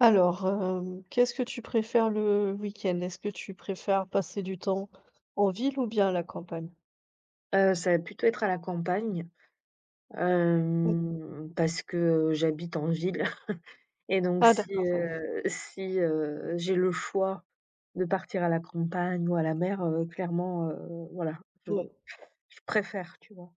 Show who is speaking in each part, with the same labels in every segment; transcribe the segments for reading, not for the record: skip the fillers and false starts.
Speaker 1: Alors, qu'est-ce que tu préfères le week-end? Est-ce que tu préfères passer du temps en ville ou bien à la campagne?
Speaker 2: Ça va plutôt être à la campagne,
Speaker 1: Oui.
Speaker 2: parce que j'habite en ville et donc
Speaker 1: Ah d'accord, ouais.
Speaker 2: si, j'ai le choix de partir à la campagne ou à la mer, clairement, voilà, je
Speaker 1: Ouais.
Speaker 2: je préfère, tu vois?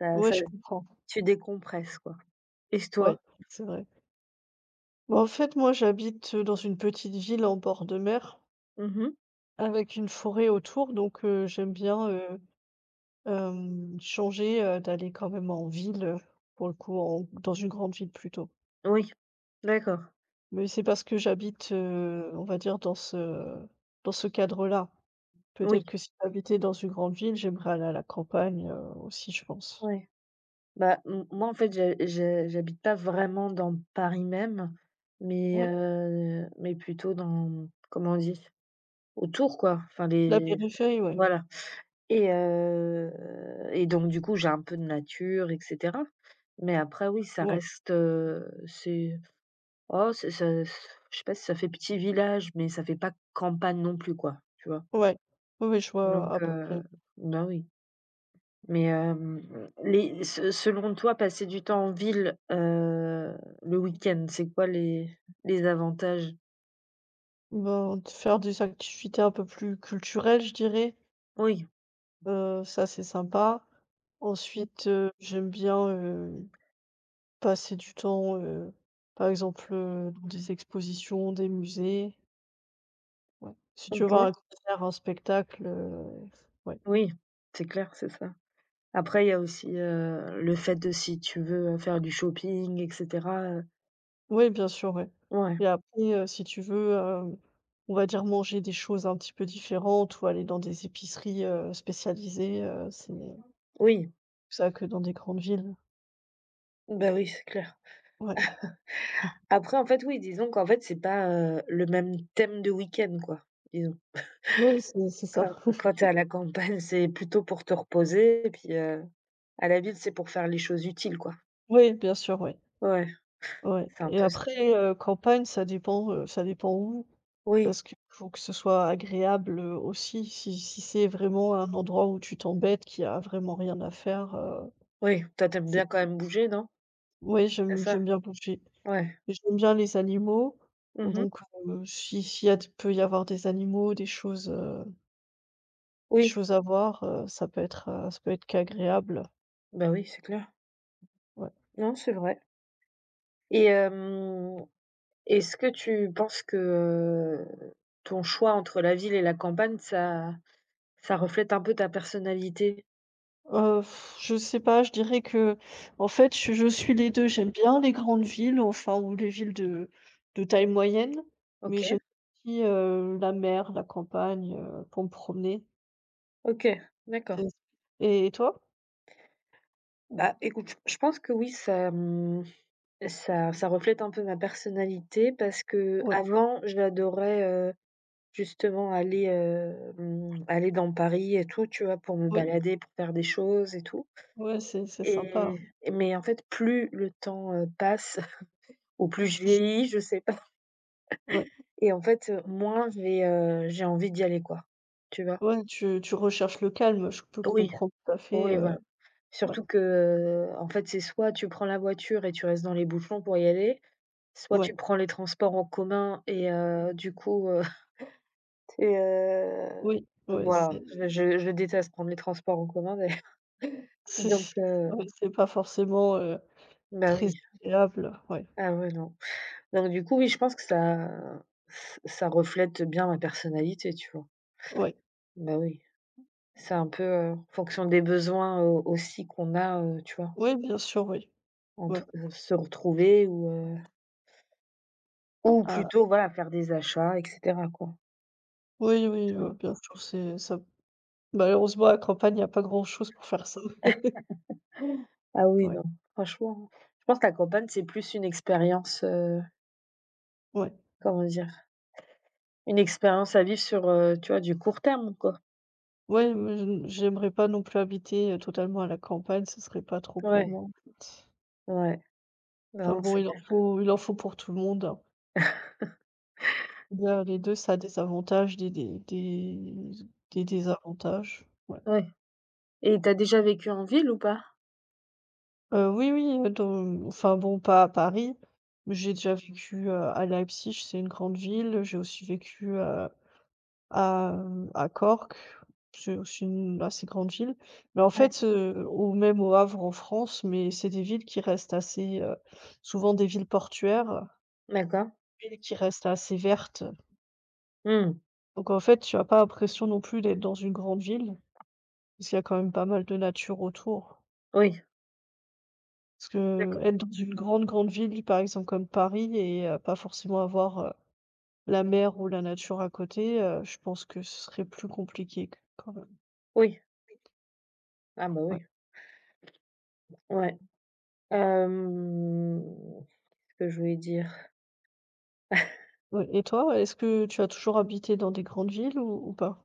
Speaker 2: Ça
Speaker 1: Ouais,
Speaker 2: ça
Speaker 1: je comprends.
Speaker 2: tu décompresses, quoi. Et s
Speaker 1: Ouais,
Speaker 2: toi?
Speaker 1: c'est vrai. Bah, en fait, moi, j'habite, dans une petite ville en bord de mer
Speaker 2: Mmh mh.
Speaker 1: avec une forêt autour, donc j'aime bien, changer, d'aller quand même en ville, pour le coup, en dans une grande ville plutôt.
Speaker 2: Oui, d'accord,
Speaker 1: Mais c'est parce que j'habite, on va dire dans ce cadre-là.
Speaker 2: oui,
Speaker 1: Peut-être que si j'habitais dans une grande ville, j'aimerais aller à la campagne, aussi, je pense.
Speaker 2: ouais. Bah, m moi, en fait, j'habite pas vraiment dans Paris même,
Speaker 1: Ouais,
Speaker 2: mais plutôt dans, comment on dit? Autour quoi, enfin
Speaker 1: la
Speaker 2: les,
Speaker 1: périphérie, ouais.
Speaker 2: voilà. Et heu et donc du coup, j'ai un peu de nature et cetera. Mais après oui, ça
Speaker 1: Ouais,
Speaker 2: reste, c'est, oh c'est ça c'est- je sais pas si ça fait petit village, mais ça fait pas campagne non plus quoi, tu vois?
Speaker 1: ouais. Oui, oui, je vois
Speaker 2: Donc
Speaker 1: à peu près.
Speaker 2: bah oui. Mais les se selon toi, passer du temps en ville, le week-end, c'est quoi les avantages?
Speaker 1: Ben, de faire des activités un peu plus culturelles, je dirais,
Speaker 2: Oui,
Speaker 1: ça, c'est sympa. Ensuite, j'aime bien, passer du temps, par exemple, dans des expositions, des musées. Ouais. Si tu veux
Speaker 2: OK,
Speaker 1: voir un concert, un spectacle, ouais.
Speaker 2: oui, c'est clair, c'est ça. Après, il y a aussi, le fait de, si tu veux, faire du shopping et cetera,
Speaker 1: Oui, bien sûr, ouais.
Speaker 2: ouais,
Speaker 1: Et après, si tu veux, on va dire manger des choses un petit peu différentes ou aller dans des épiceries, spécialisées, c'est
Speaker 2: oui,
Speaker 1: plus ça que dans des grandes villes.
Speaker 2: bah, oui, c'est clair.
Speaker 1: Ouais.
Speaker 2: Après, en fait, oui, disons qu'en fait, c'est pas, le même thème de week-end, quoi, disons.
Speaker 1: Oui, c'est ça.
Speaker 2: Quand tu à la campagne, c'est plutôt pour te reposer et puis, à la ville, c'est pour faire les choses utiles, quoi.
Speaker 1: Oui, bien sûr, ouais,
Speaker 2: Ouais,
Speaker 1: ouais.
Speaker 2: c'est un
Speaker 1: Et
Speaker 2: peu ça.
Speaker 1: après, campagne, ça dépend où,
Speaker 2: Oui,
Speaker 1: parce qu'il faut que ce soit agréable, aussi. Si c'est vraiment un endroit où tu t'embêtes, qu'il y a vraiment rien à faire,
Speaker 2: oui, toi, t'aimes
Speaker 1: c'est
Speaker 2: bien quand même bouger, non?
Speaker 1: ouais,
Speaker 2: C'est
Speaker 1: j'aime
Speaker 2: ça?
Speaker 1: j'aime bien bouger.
Speaker 2: Ouais.
Speaker 1: J'aime bien les animaux,
Speaker 2: Mmh.
Speaker 1: donc si s'il y a peut y avoir des animaux, des
Speaker 2: Oui,
Speaker 1: choses à voir, ça peut être qu'agréable,
Speaker 2: bah, oui, c'est clair.
Speaker 1: ouais.
Speaker 2: Non, c'est vrai. Et hem est-ce que tu penses que, ton choix entre la ville et la campagne, ça reflète un peu ta personnalité?
Speaker 1: Heu, je sais pas, je dirais que en fait, je suis les deux. J'aime bien les grandes villes, enfin ou les villes de taille moyenne, mais
Speaker 2: OK,
Speaker 1: j'aime aussi, la mer, la campagne, pour me promener.
Speaker 2: OK, d'accord.
Speaker 1: C'est Et toi?
Speaker 2: Bah, écoute, je pense que oui, ça, ça reflète un peu ma personnalité, parce que
Speaker 1: Ouais,
Speaker 2: avant, j'adorais, heu, justement aller, aller dans Paris et tout, tu vois? Pour me
Speaker 1: oui,
Speaker 2: balader, pour faire des choses et tout.
Speaker 1: ouais, c'est sympa,
Speaker 2: Mais en fait, plus le temps, passe, ou plus je vieillis, je sais pas.
Speaker 1: ouais.
Speaker 2: Et en fait, moins j'ai envie d'y aller, quoi. Tu vois?
Speaker 1: Ouais, tu recherches le calme, je peux
Speaker 2: Oui,
Speaker 1: comprendre tout à fait,
Speaker 2: oui, voilà.
Speaker 1: ouais,
Speaker 2: Surtout que, en fait, c'est soit tu prends la voiture et tu restes dans les bouchons pour y aller, soit
Speaker 1: ouais,
Speaker 2: tu prends les transports en commun et du coup, et heu,
Speaker 1: oui, ouais,
Speaker 2: voilà,
Speaker 1: c'est
Speaker 2: je déteste prendre les transports en commun d'ailleurs. Donc
Speaker 1: c'est ouais, c'est pas forcément,
Speaker 2: bah,
Speaker 1: très
Speaker 2: oui.
Speaker 1: agréable, ouais,
Speaker 2: Ah ouais, non. Donc du coup, oui, je pense que ça, ç ça reflète bien ma personnalité, tu vois?
Speaker 1: ouais.
Speaker 2: Bah, oui. C'est un peu, en fonction des besoins, aussi qu'on a, tu vois?
Speaker 1: Oui, bien sûr, oui,
Speaker 2: Entre,
Speaker 1: ouais.
Speaker 2: se retrouver, ou
Speaker 1: Ah,
Speaker 2: plutôt voilà faire des achats et cetera quoi,
Speaker 1: oui, oui,
Speaker 2: tu vois?
Speaker 1: bien sûr, c'est ça malheureusement, à la campagne, il y a pas grand-chose pour faire ça.
Speaker 2: Ah oui,
Speaker 1: Ouais,
Speaker 2: non, franchement, je pense que la campagne, c'est plus une expérience,
Speaker 1: ouais,
Speaker 2: comment dire? Une expérience à vivre sur, tu vois, du court terme quoi.
Speaker 1: ouais, mais je j'aimerais pas non plus habiter, totalement à la campagne, ce serait pas trop pour
Speaker 2: Ouais,
Speaker 1: moi, en fait.
Speaker 2: ouais,
Speaker 1: Enfin
Speaker 2: non,
Speaker 1: bon,
Speaker 2: c'est
Speaker 1: il en
Speaker 2: clair.
Speaker 1: faut il en faut pour tout le monde, hein. Bien les 2, ça a des avantages, des désavantages, ouais.
Speaker 2: Ouais, et t'as déjà vécu en ville ou pas?
Speaker 1: Oui, oui, dans enfin bon, pas à Paris, mais j'ai déjà vécu, à Leipzig, c'est une grande ville. J'ai aussi vécu, à, à Cork, c'est aussi une assez grande ville. Mais en
Speaker 2: Ouais,
Speaker 1: fait, ou même au Havre en France, mais c'est des villes qui restent assez, souvent des villes portuaires,
Speaker 2: d'accord.
Speaker 1: villes qui restent assez vertes.
Speaker 2: Mmh,
Speaker 1: Donc en fait, tu as pas l'impression non plus d'être dans une grande ville. Parce qu'il y a quand même pas mal de nature autour.
Speaker 2: oui,
Speaker 1: Parce que
Speaker 2: d'accord,
Speaker 1: être dans une grande, grande ville, par exemple comme Paris et pas forcément avoir, la mer ou la nature à côté, je pense que ce serait plus compliqué q quand même,
Speaker 2: oui. Ah bah
Speaker 1: ouais.
Speaker 2: oui, ouais. Hem, qu'est-ce que je voulais dire?
Speaker 1: Ouais et toi, est-ce que tu as toujours habité dans des grandes villes ou pas?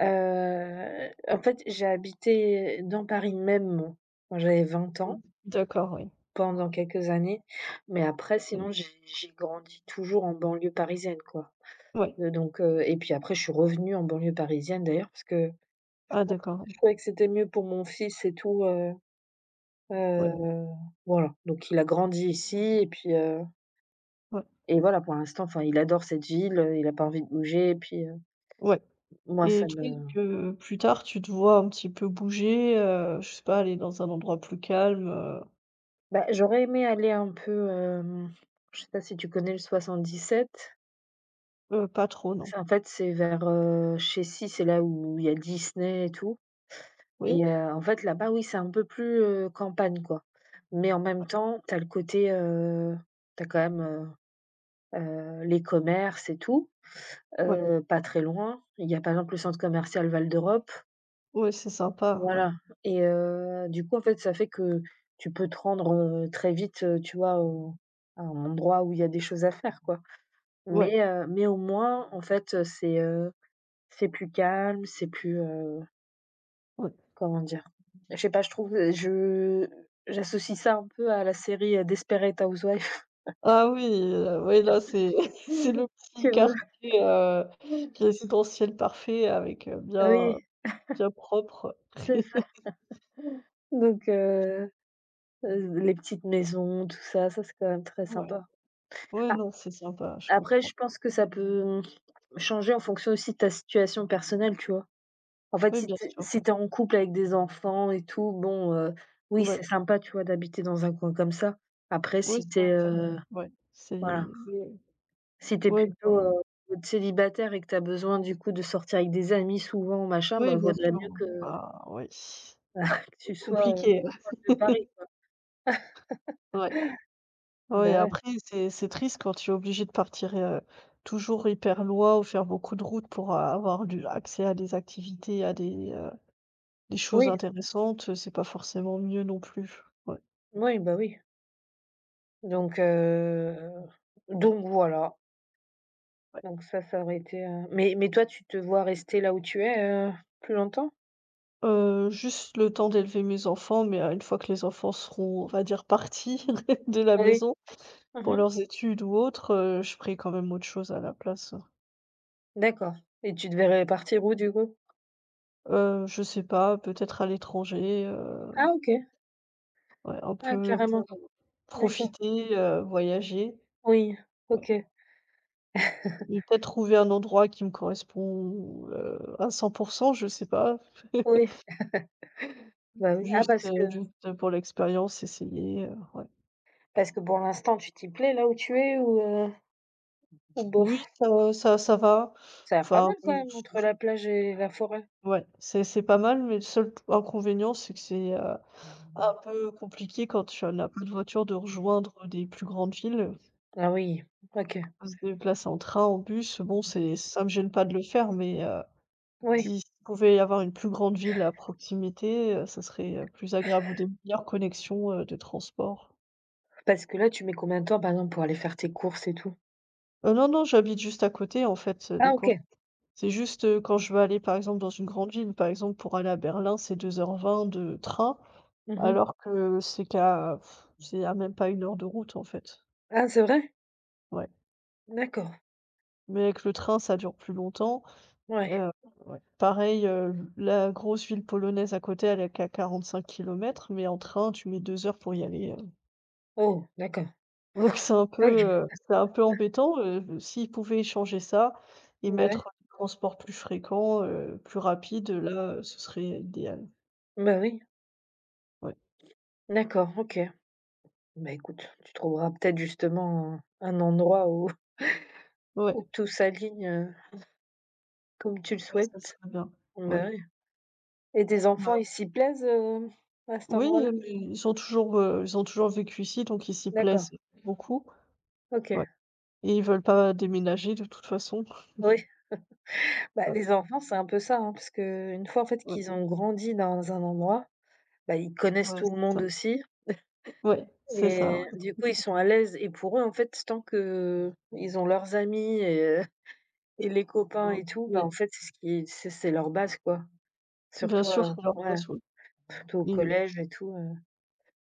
Speaker 2: En fait, j'ai habité dans Paris même quand j'avais 20 ans,
Speaker 1: Mmh. D'accord, oui.
Speaker 2: pendant quelques années, mais après
Speaker 1: Mmh.
Speaker 2: sinon j'ai grandi toujours en banlieue parisienne, quoi.
Speaker 1: Ouais.
Speaker 2: Donc et puis après je suis revenue en banlieue parisienne d'ailleurs parce que
Speaker 1: Ah d'accord, ouais.
Speaker 2: je trouvais que c'était mieux pour mon fils et tout,
Speaker 1: Ouais,
Speaker 2: heu, voilà. Donc il a grandi ici et puis,
Speaker 1: ouais,
Speaker 2: et voilà pour l'instant, enfin il adore cette ville, il a pas envie de bouger et puis,
Speaker 1: ouais
Speaker 2: moi
Speaker 1: et
Speaker 2: ça
Speaker 1: toi,
Speaker 2: me,
Speaker 1: est-ce que plus tard, tu te vois un petit peu bouger, je sais pas, aller dans un endroit plus calme,
Speaker 2: bah, j'aurais aimé aller un peu, je sais pas si tu connais le 77?
Speaker 1: Pas trop, non.
Speaker 2: C'est en fait, c'est vers, chez, si, c'est là où il y a Disney et tout,
Speaker 1: Oui?
Speaker 2: et en fait, là-bas, oui, c'est un peu plus, campagne, quoi. Mais en même
Speaker 1: Ouais.
Speaker 2: temps, t'as le côté, tu quand même, les commerces et tout,
Speaker 1: Ouais.
Speaker 2: pas très loin. Il y a, par exemple, le centre commercial Val d'Europe,
Speaker 1: Ouais, c'est sympa, ouais.
Speaker 2: voilà. Et du coup, en fait, ça fait que tu peux te rendre, très vite, tu vois, au à un endroit où il y a des choses à faire, quoi.
Speaker 1: Ouais,
Speaker 2: Mais au moins, en fait, c'est plus calme, c'est plus,
Speaker 1: ouais.
Speaker 2: comment dire? Je sais pas, je trouve, je j'associe ça un peu à la série, Desperate Housewives.
Speaker 1: Ah oui, oui, là, c'est c'est le petit
Speaker 2: Tu vois?
Speaker 1: quartier, résidentiel parfait avec, bien
Speaker 2: Oui,
Speaker 1: bien propre.
Speaker 2: c'est ça. Donc les petites maisons, tout ça, ça c'est quand même très
Speaker 1: Ouais.
Speaker 2: sympa.
Speaker 1: Ouais,
Speaker 2: Ap
Speaker 1: non, c'est sympa, je
Speaker 2: Après je
Speaker 1: comprends.
Speaker 2: pense que ça peut changer en fonction aussi de ta situation personnelle, tu vois? En fait,
Speaker 1: Oui, bien sûr,
Speaker 2: si
Speaker 1: ouais.
Speaker 2: t'es en couple avec des enfants et tout, bon, oui,
Speaker 1: Ouais.
Speaker 2: c'est sympa, tu vois, d'habiter dans un coin comme ça. Après
Speaker 1: Oui,
Speaker 2: si
Speaker 1: c'est
Speaker 2: t'es
Speaker 1: c'est vrai.
Speaker 2: es,
Speaker 1: Ouais, c'est
Speaker 2: voilà. Si tu es
Speaker 1: ouais,
Speaker 2: plutôt,
Speaker 1: ben,
Speaker 2: célibataire et que tu as besoin du coup de sortir avec des amis souvent, machin,
Speaker 1: oui,
Speaker 2: bah,
Speaker 1: bien
Speaker 2: vaudrait
Speaker 1: sûr,
Speaker 2: mieux que
Speaker 1: ah ouais.
Speaker 2: que tu sois,
Speaker 1: Compliqué,
Speaker 2: proche de Paris, quoi.
Speaker 1: ouais. Ouais,
Speaker 2: Bah, ouais.
Speaker 1: après, c'est triste quand tu es obligé de partir, toujours hyper loin ou faire beaucoup de route pour a avoir du accès à des activités, à des choses
Speaker 2: Oui,
Speaker 1: intéressantes, c'est pas forcément mieux non plus. Ouais,
Speaker 2: oui, bah, oui. Donc heu, donc voilà.
Speaker 1: ouais.
Speaker 2: Donc ça aurait été, mais toi, tu te vois rester là où tu es, heu, plus longtemps?
Speaker 1: Juste le temps d'élever mes enfants, mais une fois que les enfants seront, on va dire, partis de la
Speaker 2: Ah oui.
Speaker 1: maison pour
Speaker 2: Mmh.
Speaker 1: leurs études ou autres, je ferai quand même autre chose à la place.
Speaker 2: D'accord, et tu te verrais partir où du coup?
Speaker 1: Je sais pas, peut-être à l'étranger,
Speaker 2: Ah OK.
Speaker 1: ouais, un
Speaker 2: Ah
Speaker 1: peu pour
Speaker 2: carrément. D'accord.
Speaker 1: profiter, voyager.
Speaker 2: Oui. OK.
Speaker 1: Et peut-être trouver un endroit qui me correspond, à 100. Je sais pas.
Speaker 2: Oui. Bah, oui. Ah
Speaker 1: Juste,
Speaker 2: parce que,
Speaker 1: juste pour l'expérience, essayer, ouais.
Speaker 2: parce que pour l'instant, tu t'y plais là où tu es? Ou bof,
Speaker 1: Oui, ça va.
Speaker 2: ça a l'air pas
Speaker 1: Enfin
Speaker 2: mal quand
Speaker 1: bon,
Speaker 2: même entre la plage et la forêt?
Speaker 1: ouais, c'est pas mal, mais le seul inconvénient, c'est que c'est, un peu compliqué quand tu n'as pas de voiture de rejoindre des plus grandes villes.
Speaker 2: Ah oui, OK,
Speaker 1: Se déplacer en train, en bus, bon, c'est ça me gêne pas de le faire, mais heu.
Speaker 2: oui.
Speaker 1: Si S'il pouvait y avoir une plus grande ville à proximité, ça serait, plus agréable ou des meilleures connexions, de transport.
Speaker 2: Parce que là, tu mets combien de temps, par exemple, pour aller faire tes courses et tout?
Speaker 1: Non, non, j'habite juste à côté en fait, des
Speaker 2: Ah
Speaker 1: courses.
Speaker 2: OK.
Speaker 1: C'est juste, quand je veux aller par exemple dans une grande ville, par exemple pour aller à Berlin, c'est 2h20 de train,
Speaker 2: Mmh.
Speaker 1: alors que c'est qu'à c'est à même pas une heure de route en fait.
Speaker 2: Ah c'est vrai?
Speaker 1: Ouais.
Speaker 2: D'accord,
Speaker 1: Mais avec le train, ça dure plus longtemps.
Speaker 2: ouais.
Speaker 1: Heu, ouais. Pareil, la grosse ville polonaise à côté, elle est qu'à 5 kilomètres, mais en train, tu mets 2 heures pour y aller, heu.
Speaker 2: Oh d'accord.
Speaker 1: Donc
Speaker 2: OK.
Speaker 1: c'est un peu embêtant, s'ils pouvaient changer ça et
Speaker 2: Bah ouais,
Speaker 1: mettre des transports plus fréquents, plus rapides, là, ce serait idéal.
Speaker 2: bah oui.
Speaker 1: Ouais,
Speaker 2: D'accord, OK. Bah écoute, tu trouveras peut-être justement un endroit où
Speaker 1: ouais,
Speaker 2: où tout s'aligne, comme tu le
Speaker 1: ouais, ça
Speaker 2: souhaites.
Speaker 1: serait bien. Ouais.
Speaker 2: Bah oui, et tes enfants,
Speaker 1: Bah,
Speaker 2: ils s'y plaisent, à cet
Speaker 1: oui,
Speaker 2: endroit-là?
Speaker 1: mais ils ont toujours vécu ici, donc ils s'y
Speaker 2: D'accord,
Speaker 1: plaisent beaucoup.
Speaker 2: OK.
Speaker 1: Ouais et ils veulent pas déménager de toute façon.
Speaker 2: Oui. Bah,
Speaker 1: Ouais,
Speaker 2: les enfants, c'est un peu ça, hein, parce qu'une fois, en fait,
Speaker 1: ouais,
Speaker 2: qu'ils ont grandi dans un endroit, bah, ils connaissent
Speaker 1: ouais,
Speaker 2: tout le
Speaker 1: c'est
Speaker 2: monde
Speaker 1: ça.
Speaker 2: aussi
Speaker 1: Ouais, c'est ça,
Speaker 2: et du coup, ils sont à l'aise et pour eux, en fait, tant que ils ont leurs amis et et les
Speaker 1: ouais,
Speaker 2: copains
Speaker 1: ouais.
Speaker 2: et tout, bah,
Speaker 1: Ouais,
Speaker 2: en fait, c'est ce qui c'est leur base, quoi.
Speaker 1: bien
Speaker 2: Surtout,
Speaker 1: sûr, c'est leur
Speaker 2: ouais,
Speaker 1: place, oui
Speaker 2: surtout au
Speaker 1: et
Speaker 2: collège et tout,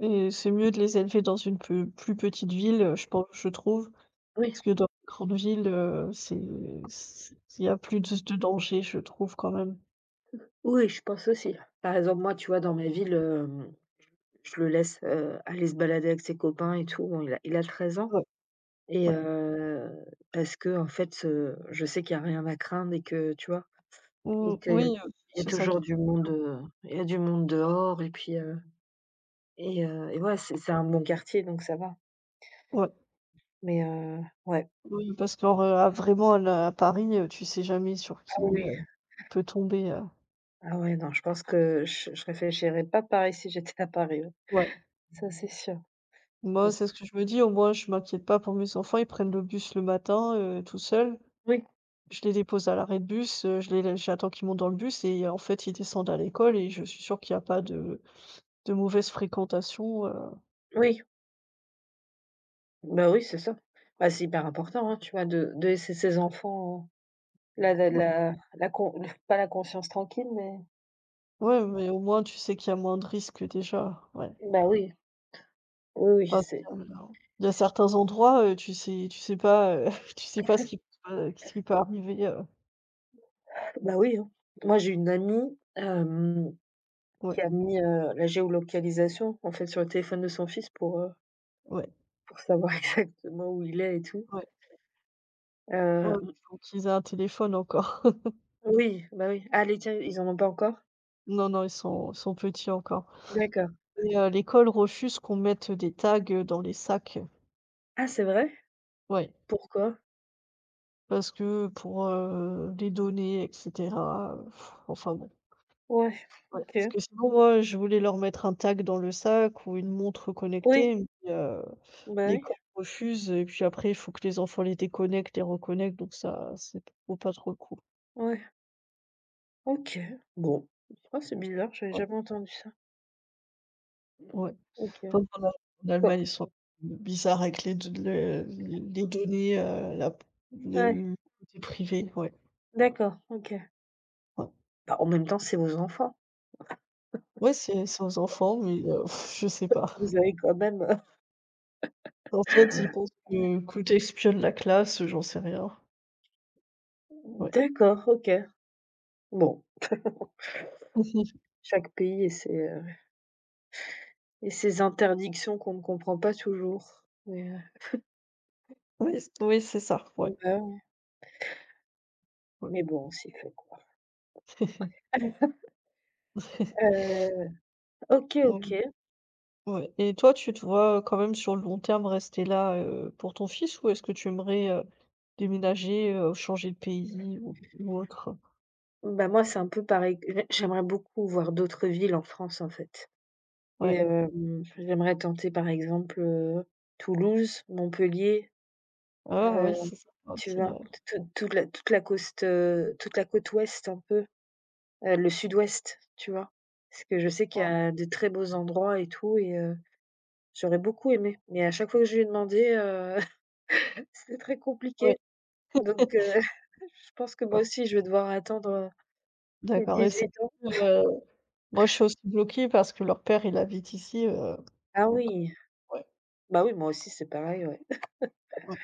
Speaker 1: c'est mieux de les élever dans une peu plus petite ville, je pense je trouve.
Speaker 2: Oui,
Speaker 1: Parce que dans les grandes villes, c'est c il y a plus de danger, je trouve quand même.
Speaker 2: oui, je pense aussi. Par exemple, moi, tu vois, dans ma ville, je le laisse, aller se balader avec ses copains et tout. Bon, il a 13 ans.
Speaker 1: Ouais,
Speaker 2: Et
Speaker 1: ouais.
Speaker 2: parce que en fait, je sais qu'il y a rien à craindre et que, tu vois? Et
Speaker 1: Mmh,
Speaker 2: qu'il y a,
Speaker 1: oui,
Speaker 2: il y a
Speaker 1: c'est ça qui
Speaker 2: toujours du
Speaker 1: fait
Speaker 2: monde,
Speaker 1: peur.
Speaker 2: il y a du monde dehors et puis, et ouais, c'est un bon quartier donc ça va.
Speaker 1: Ouais,
Speaker 2: Mais ouais.
Speaker 1: oui, parce que genre, à vraiment à la à Paris, tu sais jamais sur
Speaker 2: Ah
Speaker 1: qui,
Speaker 2: oui,
Speaker 1: peut tomber,
Speaker 2: ah ouais, non, je pense que je réfléchirais pas pareil si j'étais à Paris, ouais.
Speaker 1: ouais.
Speaker 2: Ça, c'est sûr.
Speaker 1: Moi,
Speaker 2: Mmh.
Speaker 1: c'est ce que je me dis, au moins je m'inquiète pas pour mes enfants, ils prennent le bus le matin, tout seuls.
Speaker 2: Oui,
Speaker 1: Je les dépose à l'arrêt de bus, je les laisse j'attends qu'ils montent dans le bus et en fait, ils descendent à l'école et je suis sûre qu'il y a pas de mauvaise fréquentation, heu.
Speaker 2: oui, bah, oui, c'est ça. Bah, c'est hyper important, hein, tu vois, de laisser ses enfants, la la la la con pas la conscience tranquille, mais
Speaker 1: Ouais, mais au moins, tu sais qu'il y a moins de risques déjà, ouais.
Speaker 2: bah, oui, oui, oui,
Speaker 1: Parce
Speaker 2: c'est.
Speaker 1: qu'il y a certains endroits, tu sais pas, tu sais pas ce qui peut arriver,
Speaker 2: Bah oui, hein. Moi, j'ai une amie, qui
Speaker 1: ouais,
Speaker 2: a mis, la géolocalisation, en fait, sur le téléphone de son fils
Speaker 1: ouais,
Speaker 2: pour savoir exactement où il est et tout.
Speaker 1: ouais, ouais,
Speaker 2: Heu,
Speaker 1: il faut qu'ils aient un téléphone encore.
Speaker 2: oui, bah oui. Ah les tiens, ils en ont pas encore?
Speaker 1: Non, non, ils sont petits encore
Speaker 2: D'accord.
Speaker 1: et l'école refuse qu'on mette des tags, dans les sacs,
Speaker 2: Ah c'est vrai?
Speaker 1: ouais,
Speaker 2: Pourquoi?
Speaker 1: parce que pour, les données et cetera, enfin bon,
Speaker 2: Ouais,
Speaker 1: ouais.
Speaker 2: OK.
Speaker 1: Parce que sinon, moi, je voulais leur mettre un tag dans le sac ou une montre
Speaker 2: Oui,
Speaker 1: connectée, mais heu.
Speaker 2: bah oui,
Speaker 1: L'école refuse et puis après, il faut que les enfants les déconnectent et reconnectent, donc ça, c'est trop pas trop cool.
Speaker 2: ouais. OK, bon. Oh c'est bizarre, j'avais
Speaker 1: Ouais,
Speaker 2: jamais entendu ça.
Speaker 1: ouais.
Speaker 2: OK.
Speaker 1: Comme en
Speaker 2: Quoi?
Speaker 1: Allemagne, ils sont bizarres avec les données, la
Speaker 2: Ouais,
Speaker 1: le côté privé, ouais,
Speaker 2: d'accord, OK.
Speaker 1: ouais.
Speaker 2: Bah, en même temps, c'est vos enfants.
Speaker 1: Ouais, c'est aux enfants, mais je sais pas.
Speaker 2: Vous avez quand même,
Speaker 1: En fait, ils pensent que tu la classe, j'en sais rien. Ouais.
Speaker 2: d'accord, OK. Bon. Chaque pays et ses interdictions qu'on ne comprend pas toujours. Mais,
Speaker 1: Oui, c'est ça, ouais,
Speaker 2: on va,
Speaker 1: ouais.
Speaker 2: mais bon, on s'y fait, quoi. Heu, OK, OK.
Speaker 1: Ouais. Ouais et toi, tu te vois, quand même sur le long terme rester là, pour ton fils ou est-ce que tu aimerais, déménager, changer de pays ou autre?
Speaker 2: Bah, moi, c'est un peu pareil, j'aimerais beaucoup voir d'autres villes en France, en fait. Et
Speaker 1: Ouais.
Speaker 2: j'aimerais tenter, par exemple, Toulouse, Montpellier,
Speaker 1: Ah
Speaker 2: heu,
Speaker 1: oui, c'est ça
Speaker 2: tu
Speaker 1: aussi,
Speaker 2: vois? Toute la côte, toute la côte ouest un peu, le sud-ouest, tu vois? Parce que je sais qu'il y
Speaker 1: ah
Speaker 2: a de très beaux endroits et tout. Et j'aurais beaucoup aimé, mais à chaque fois que je lui ai demandé, c'était très
Speaker 1: ouais.
Speaker 2: compliqué. Donc, je pense que moi
Speaker 1: Ouais,
Speaker 2: aussi je vais devoir attendre, mes
Speaker 1: d'accord et c'est
Speaker 2: 18 ans.
Speaker 1: heu, moi, je suis aussi bloquée parce que leur père, il habite ici,
Speaker 2: Ah
Speaker 1: donc
Speaker 2: oui,
Speaker 1: ouais.
Speaker 2: bah oui, moi aussi c'est pareil, ouais.
Speaker 1: Ouais.